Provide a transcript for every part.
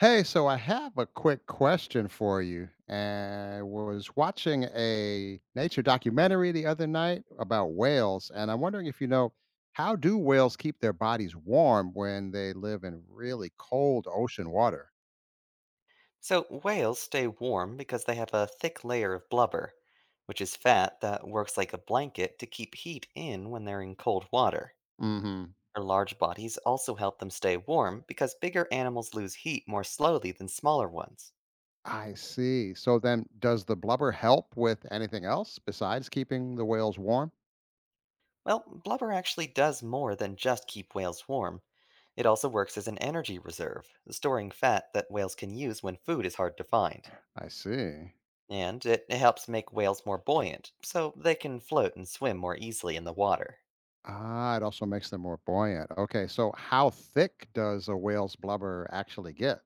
Hey, so I have a quick question for you. I was watching a nature documentary the other night about whales, and I'm wondering if how do whales keep their bodies warm when they live in really cold ocean water? So, whales stay warm because they have a thick layer of blubber, which is fat that works like a blanket to keep heat in when they're in cold water. Hmm. Their large bodies also help them stay warm because bigger animals lose heat more slowly than smaller ones. I see. So then, does the blubber help with anything else besides keeping the whales warm? Well, blubber actually does more than just keep whales warm. It also works as an energy reserve, storing fat that whales can use when food is hard to find. I see. And it helps make whales more buoyant, so they can float and swim more easily in the water. Ah, it also makes them more buoyant. Okay, so how thick does a whale's blubber actually get?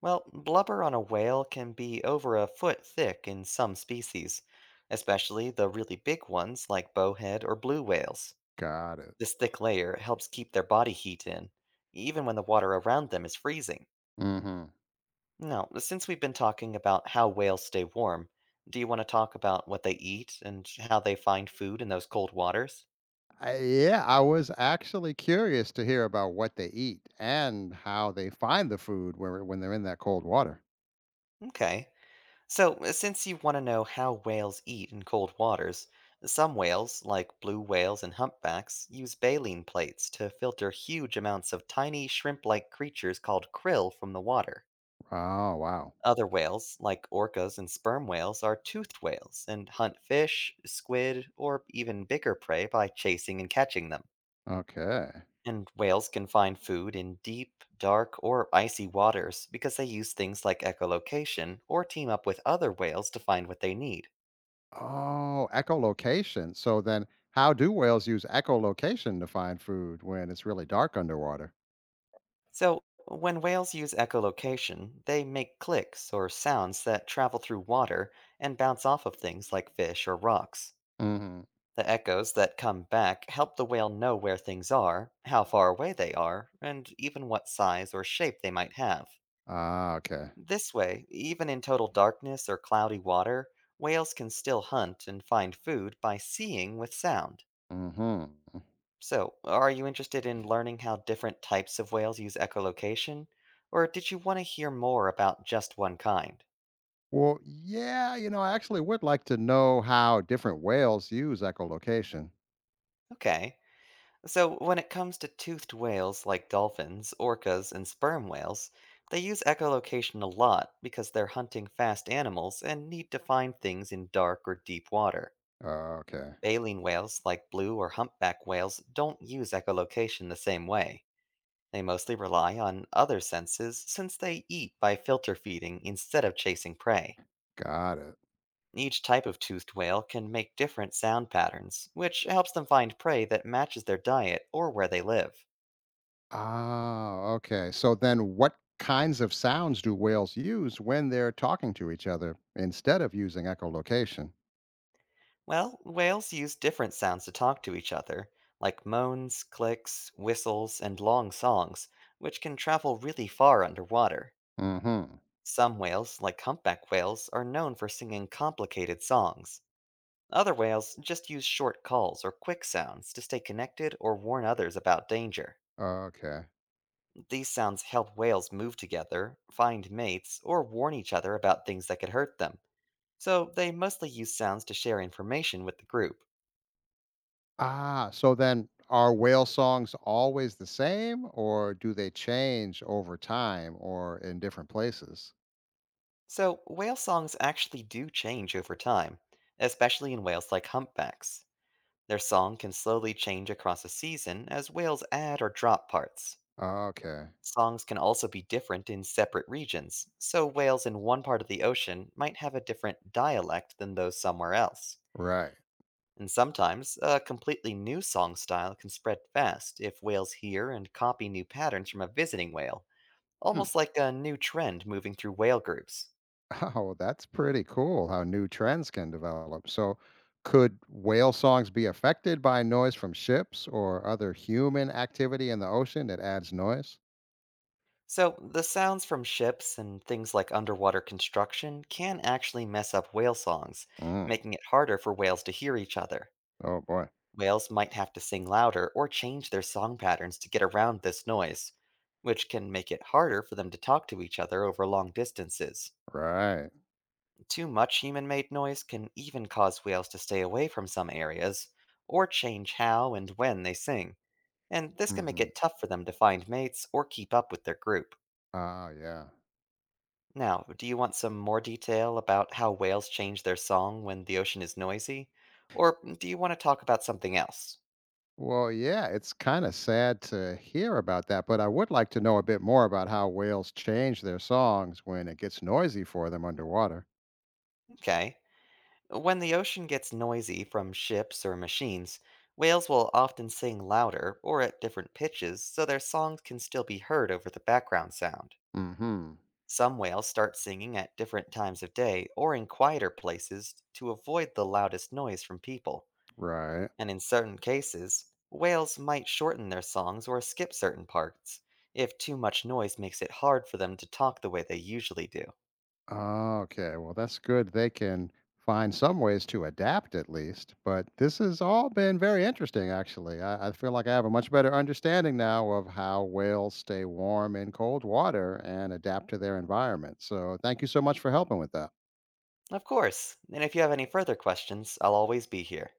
Well, blubber on a whale can be over a foot thick in some species, especially the really big ones like bowhead or blue whales. Got it. This thick layer helps keep their body heat in, even when the water around them is freezing. Mhm. Now, since we've been talking about how whales stay warm, do you want to talk about what they eat and how they find food in those cold waters? I Yeah, I was actually curious to hear about what they eat and how they find the food where when they're in that cold water. Okay. So, since you want to know how whales eat in cold waters, some whales, like blue whales and humpbacks, use baleen plates to filter huge amounts of tiny shrimp like creatures called krill from the water. Oh, wow. Other whales, like orcas and sperm whales, are toothed whales and hunt fish, squid, or even bigger prey by chasing and catching them. Okay. And whales can find food in deep, dark, or icy waters because they use things like echolocation or team up with other whales to find what they need. Oh, echolocation. So then how do whales use echolocation to find food when it's really dark underwater? So, when whales use echolocation, they make clicks or sounds that travel through water and bounce off of things like fish or rocks. Mhm. The echoes that come back help the whale know where things are, how far away they are, and even what size or shape they might have. Ah, okay. This way, even in total darkness or cloudy water, whales can still hunt and find food by seeing with sound. Mhm. So, are you interested in learning how different types of whales use echolocation? Or did you want to hear more about just one kind? Well, yeah, I actually would like to know how different whales use echolocation. Okay, so when it comes to toothed whales like dolphins, orcas, and sperm whales, they use echolocation a lot because they're hunting fast animals and need to find things in dark or deep water. Okay. Baleen whales like blue or humpback whales don't use echolocation the same way. They mostly rely on other senses since they eat by filter feeding instead of chasing prey. Got it. Each type of toothed whale can make different sound patterns, which helps them find prey that matches their diet or where they live. Ah, okay. So then what kinds of sounds do whales use when they're talking to each other instead of using echolocation? Well, whales use different sounds to talk to each other, like moans, clicks, whistles, and long songs, which can travel really far underwater. Mhm. Some whales, like humpback whales, are known for singing complicated songs. Other whales just use short calls or quick sounds to stay connected or warn others about danger. Okay. These sounds help whales move together, find mates, or warn each other about things that could hurt them. So they mostly use sounds to share information with the group. Ah, so then are whale songs always the same or do they change over time or in different places? So whale songs actually do change over time, especially in whales like humpbacks. Their song can slowly change across a season as whales add or drop parts. Okay. Songs can also be different in separate regions, so whales in one part of the ocean might have a different dialect than those somewhere else. Right. And sometimes, a completely new song style can spread fast if whales hear and copy new patterns from a visiting whale, Hmm. almost like a new trend moving through whale groups. Oh, that's pretty cool how new trends can develop. So, could whale songs be affected by noise from ships or other human activity in the ocean that adds noise? So, the sounds from ships and things like underwater construction can actually mess up whale songs, Mm. making it harder for whales to hear each other. Oh, boy. Whales might have to sing louder or change their song patterns to get around this noise, which can make it harder for them to talk to each other over long distances. Right. Too much human made noise can even cause whales to stay away from some areas or change how and when they sing, and this can make Hmm. it tough for them to find mates or keep up with their group. Ah, yeah. Now, do you want some more detail about how whales change their song when the ocean is noisy? Or do you want to talk about something else? Well, yeah, it's kind of sad to hear about that, but I would like to know a bit more about how whales change their songs when it gets noisy for them underwater. Okay. When the ocean gets noisy from ships or machines, whales will often sing louder or at different pitches so their songs can still be heard over the background sound. Hmm. Some whales start singing at different times of day or in quieter places to avoid the loudest noise from people. Right. And in certain cases, whales might shorten their songs or skip certain parts if too much noise makes it hard for them to talk the way they usually do. Oh, okay, well, that's good. They can find some ways to adapt at least. But this has all been very interesting, actually. I feel like I have a much better understanding now of how whales stay warm in cold water and adapt to their environment. So, thank you so much for helping with that. Of course, and if you have any further questions, I'll always be here.